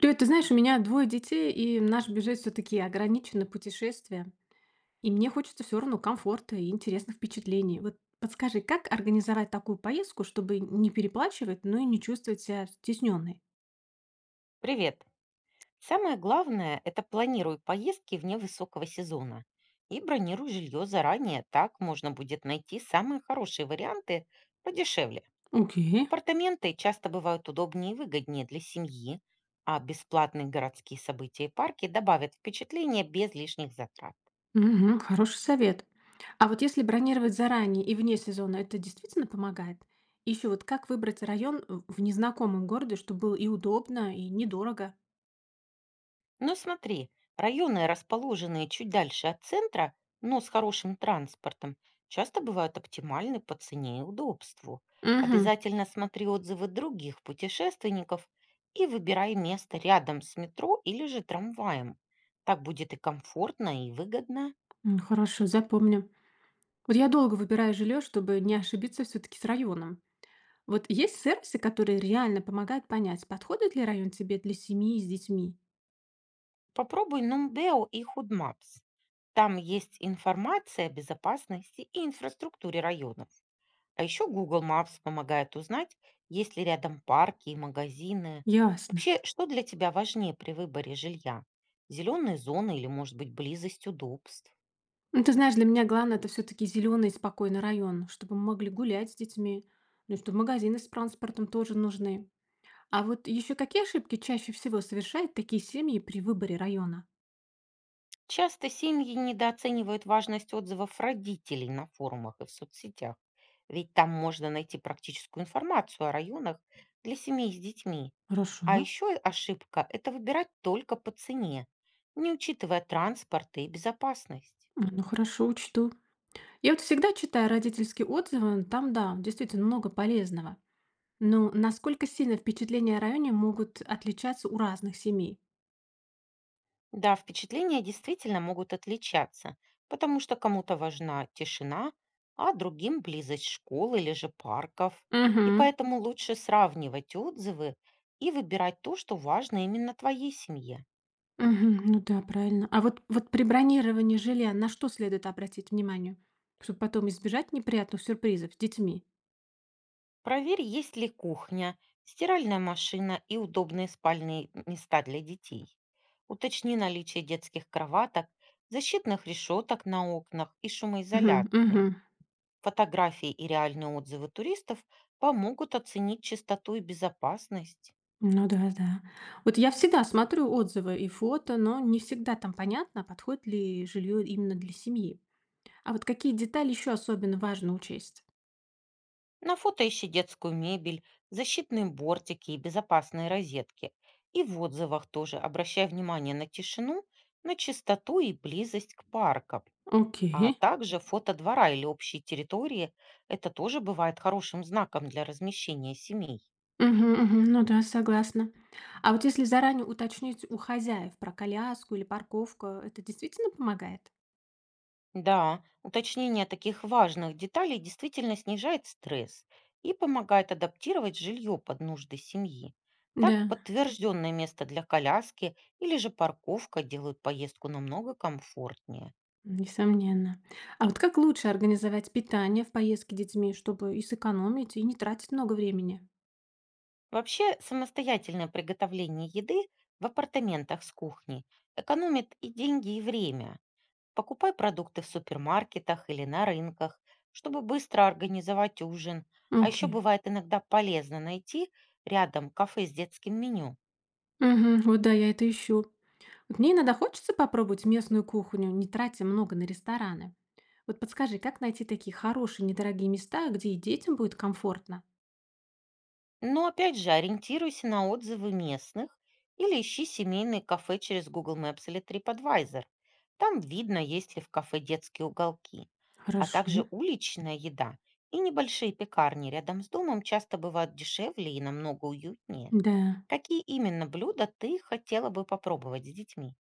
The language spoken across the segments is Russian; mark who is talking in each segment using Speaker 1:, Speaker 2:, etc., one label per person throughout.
Speaker 1: Привет, ты знаешь, у меня двое детей, и наш бюджет все-таки ограничен на путешествия. И мне хочется все равно комфорта и интересных впечатлений. Вот подскажи, как организовать такую поездку, чтобы не переплачивать, но и не чувствовать себя стесненной?
Speaker 2: Привет. Самое главное– это планируй поездки вне высокого сезона и бронируй жилье заранее. Так можно будет найти самые хорошие варианты подешевле.
Speaker 1: Окей.
Speaker 2: Апартаменты часто бывают удобнее и выгоднее для семьи, а бесплатные городские события и парки добавят впечатление без лишних затрат.
Speaker 1: Мгм, хороший совет. А вот если бронировать заранее и вне сезона, это действительно помогает? Еще вот как выбрать район в незнакомом городе, чтобы было и удобно, и недорого?
Speaker 2: Но смотри, районы, расположенные чуть дальше от центра, но с хорошим транспортом, часто бывают оптимальны по цене и удобству.
Speaker 1: Угу.
Speaker 2: Обязательно смотри отзывы других путешественников и выбирай место рядом с метро или же трамваем. Так будет и комфортно, и выгодно.
Speaker 1: Хорошо, запомню. Вот я долго выбираю жилье, чтобы не ошибиться все-таки с районом. Вот есть сервисы, которые реально помогают понять, подходит ли район тебе для семьи с детьми?
Speaker 2: Попробуй Numbeo и Худмапс. Там есть информация о безопасности и инфраструктуре районов. А еще Google Maps помогает узнать, есть ли рядом парки и магазины.
Speaker 1: Ясно.
Speaker 2: Вообще, что для тебя важнее при выборе жилья? Зеленые зоны или, может быть, близость удобств?
Speaker 1: Ну, ты знаешь, для меня главное это все-таки зеленый и спокойный район, чтобы мы могли гулять с детьми, ну, и чтобы магазины с транспортом тоже нужны. А вот еще какие ошибки чаще всего совершают такие семьи при выборе района?
Speaker 2: Часто семьи недооценивают важность отзывов родителей на форумах и в соцсетях, ведь там можно найти практическую информацию о районах для семей с детьми.
Speaker 1: Хорошо.
Speaker 2: А еще ошибка– это выбирать только по цене, не учитывая транспорт и безопасность.
Speaker 1: А, ну хорошо, учту. Я вот всегда читаю родительские отзывы, там да, действительно много полезного. Ну, насколько сильно впечатления о районе могут отличаться у разных семей?
Speaker 2: Да, впечатления действительно могут отличаться, потому что кому-то важна тишина, а другим близость школ или же парков. И
Speaker 1: Угу,
Speaker 2: поэтому лучше сравнивать отзывы и выбирать то, что важно именно твоей семье.
Speaker 1: мгм. Ну да, правильно. А вот при бронировании жилья на что следует обратить внимание, чтобы потом избежать неприятных сюрпризов с детьми?
Speaker 2: Проверь, есть ли кухня, стиральная машина и удобные спальные места для детей. Уточни наличие детских кроваток, защитных решеток на окнах и
Speaker 1: Мгм.
Speaker 2: шумоизоляции.
Speaker 1: Мгм.
Speaker 2: Фотографии и реальные отзывы туристов помогут оценить чистоту и безопасность.
Speaker 1: Ну да, да. Вот я всегда смотрю отзывы и фото, но не всегда там понятно, подходит ли жилье именно для семьи. А вот какие детали еще особенно важно учесть?
Speaker 2: На фото ищи детскую мебель, защитные бортики и безопасные розетки. И в отзывах тоже обращай внимание на тишину, на чистоту и близость к паркам.
Speaker 1: Окей.
Speaker 2: А также фото двора или общей территории. Это тоже бывает хорошим знаком для размещения семей.
Speaker 1: Мгм, мгм. Ну да, согласна. А вот если заранее уточнить у хозяев про коляску или парковку, это действительно помогает?
Speaker 2: Да, уточнение таких важных деталей действительно снижает стресс и помогает адаптировать жилье под нужды семьи.
Speaker 1: Да,
Speaker 2: Так подтвержденное место для коляски или же парковка делают поездку намного комфортнее.
Speaker 1: несомненно. А вот как лучше организовать питание в поездке с детьми, чтобы и сэкономить, и не тратить много времени?
Speaker 2: Вообще, самостоятельное приготовление еды в апартаментах с кухней экономит и деньги, и время. Покупай продукты в супермаркетах или на рынках, чтобы быстро организовать ужин. А еще
Speaker 1: Окей.
Speaker 2: бывает иногда полезно найти рядом кафе с детским меню.
Speaker 1: Мгм. Вот да, я это ищу. Вот мне иногда хочется попробовать местную кухню, не тратя много на рестораны. Вот подскажи, как найти такие хорошие, недорогие места, где и детям будет комфортно?
Speaker 2: Но опять же, ориентируйся на отзывы местных или ищи семейные кафе через Google Maps или TripAdvisor. Там видно, есть ли в кафе детские уголки. А
Speaker 1: Хорошо.
Speaker 2: также уличная еда и небольшие пекарни рядом с домом часто бывают дешевле и намного уютнее.
Speaker 1: Да.
Speaker 2: Какие именно блюда ты хотела бы попробовать с детьми?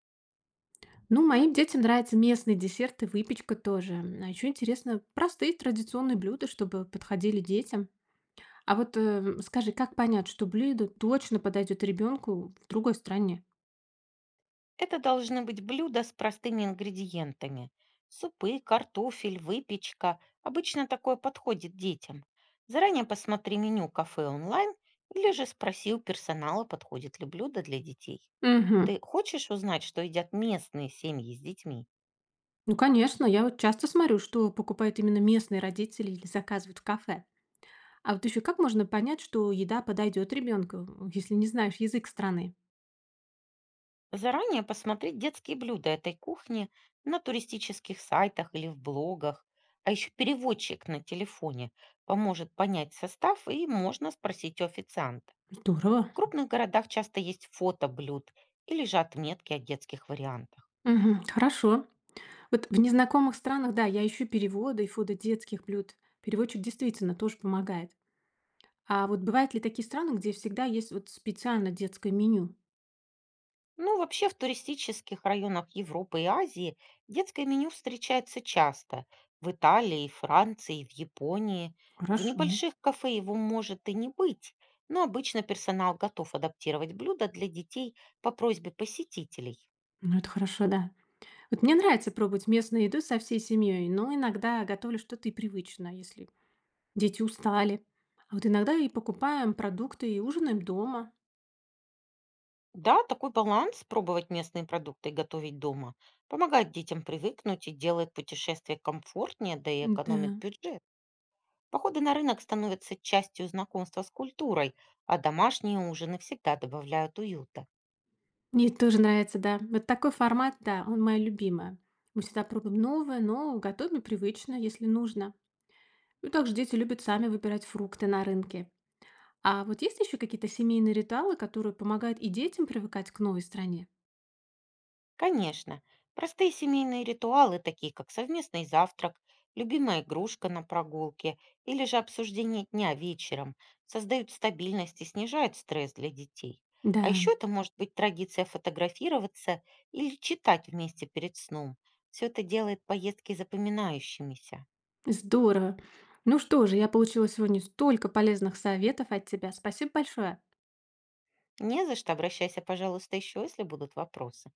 Speaker 1: Ну, моим детям нравятся местные десерты, выпечка тоже. А еще интересно, простые традиционные блюда, чтобы подходили детям. А вот скажи, как понять, что блюдо точно подойдет ребенку в другой стране?
Speaker 2: Это должны быть блюда с простыми ингредиентами. Супы, картофель, выпечка. Обычно такое подходит детям. Заранее посмотри меню кафе онлайн или же спроси у персонала, подходит ли блюдо для детей.
Speaker 1: Угу.
Speaker 2: Ты хочешь узнать, что едят местные семьи с детьми?
Speaker 1: Ну, конечно, я вот часто смотрю, что покупают именно местные родители или заказывают в кафе. А вот еще как можно понять, что еда подойдет ребенку, если не знаешь язык страны?
Speaker 2: Заранее посмотреть детские блюда этой кухни на туристических сайтах или в блогах. А еще переводчик на телефоне поможет понять состав и можно спросить у официанта.
Speaker 1: Здорово.
Speaker 2: В крупных городах часто есть фото блюд или же отметки о детских вариантах.
Speaker 1: Угу, хорошо. Вот в незнакомых странах, да, я ищу переводы и фото детских блюд. Переводчик действительно тоже помогает. А вот бывают ли такие страны, где всегда есть вот специально детское меню?
Speaker 2: Ну, вообще в туристических районах Европы и Азии детское меню встречается часто. В Италии, Франции, в Японии. В
Speaker 1: Хорошо.
Speaker 2: небольших кафе его может и не быть, но обычно персонал готов адаптировать блюда для детей по просьбе посетителей.
Speaker 1: Ну, это хорошо, да. Вот мне нравится пробовать местную еду со всей семьей, но иногда готовлю что-то и привычное, если дети устали. А вот иногда и покупаем продукты и ужинаем дома.
Speaker 2: Да, такой баланс, пробовать местные продукты и готовить дома, помогает детям привыкнуть и делает путешествие комфортнее, да и
Speaker 1: Да.
Speaker 2: экономит бюджет. Походы на рынок становятся частью знакомства с культурой, а домашние ужины всегда добавляют уюта.
Speaker 1: Мне это тоже нравится, да. Вот такой формат, да, он моя любимая. Мы всегда пробуем новое, но готовим и привычно, если нужно. Ну, также дети любят сами выбирать фрукты на рынке. А вот есть еще какие-то семейные ритуалы, которые помогают и детям привыкать к новой стране?
Speaker 2: Конечно, простые семейные ритуалы, такие как совместный завтрак, любимая игрушка на прогулке или же обсуждение дня вечером, создают стабильность и снижают стресс для детей. А
Speaker 1: Да,
Speaker 2: еще это может быть традиция фотографироваться или читать вместе перед сном. Все это делает поездки запоминающимися.
Speaker 1: здорово. Ну что же, я получила сегодня столько полезных советов от тебя. Спасибо большое.
Speaker 2: Не за что, обращайся, пожалуйста, еще, если будут вопросы.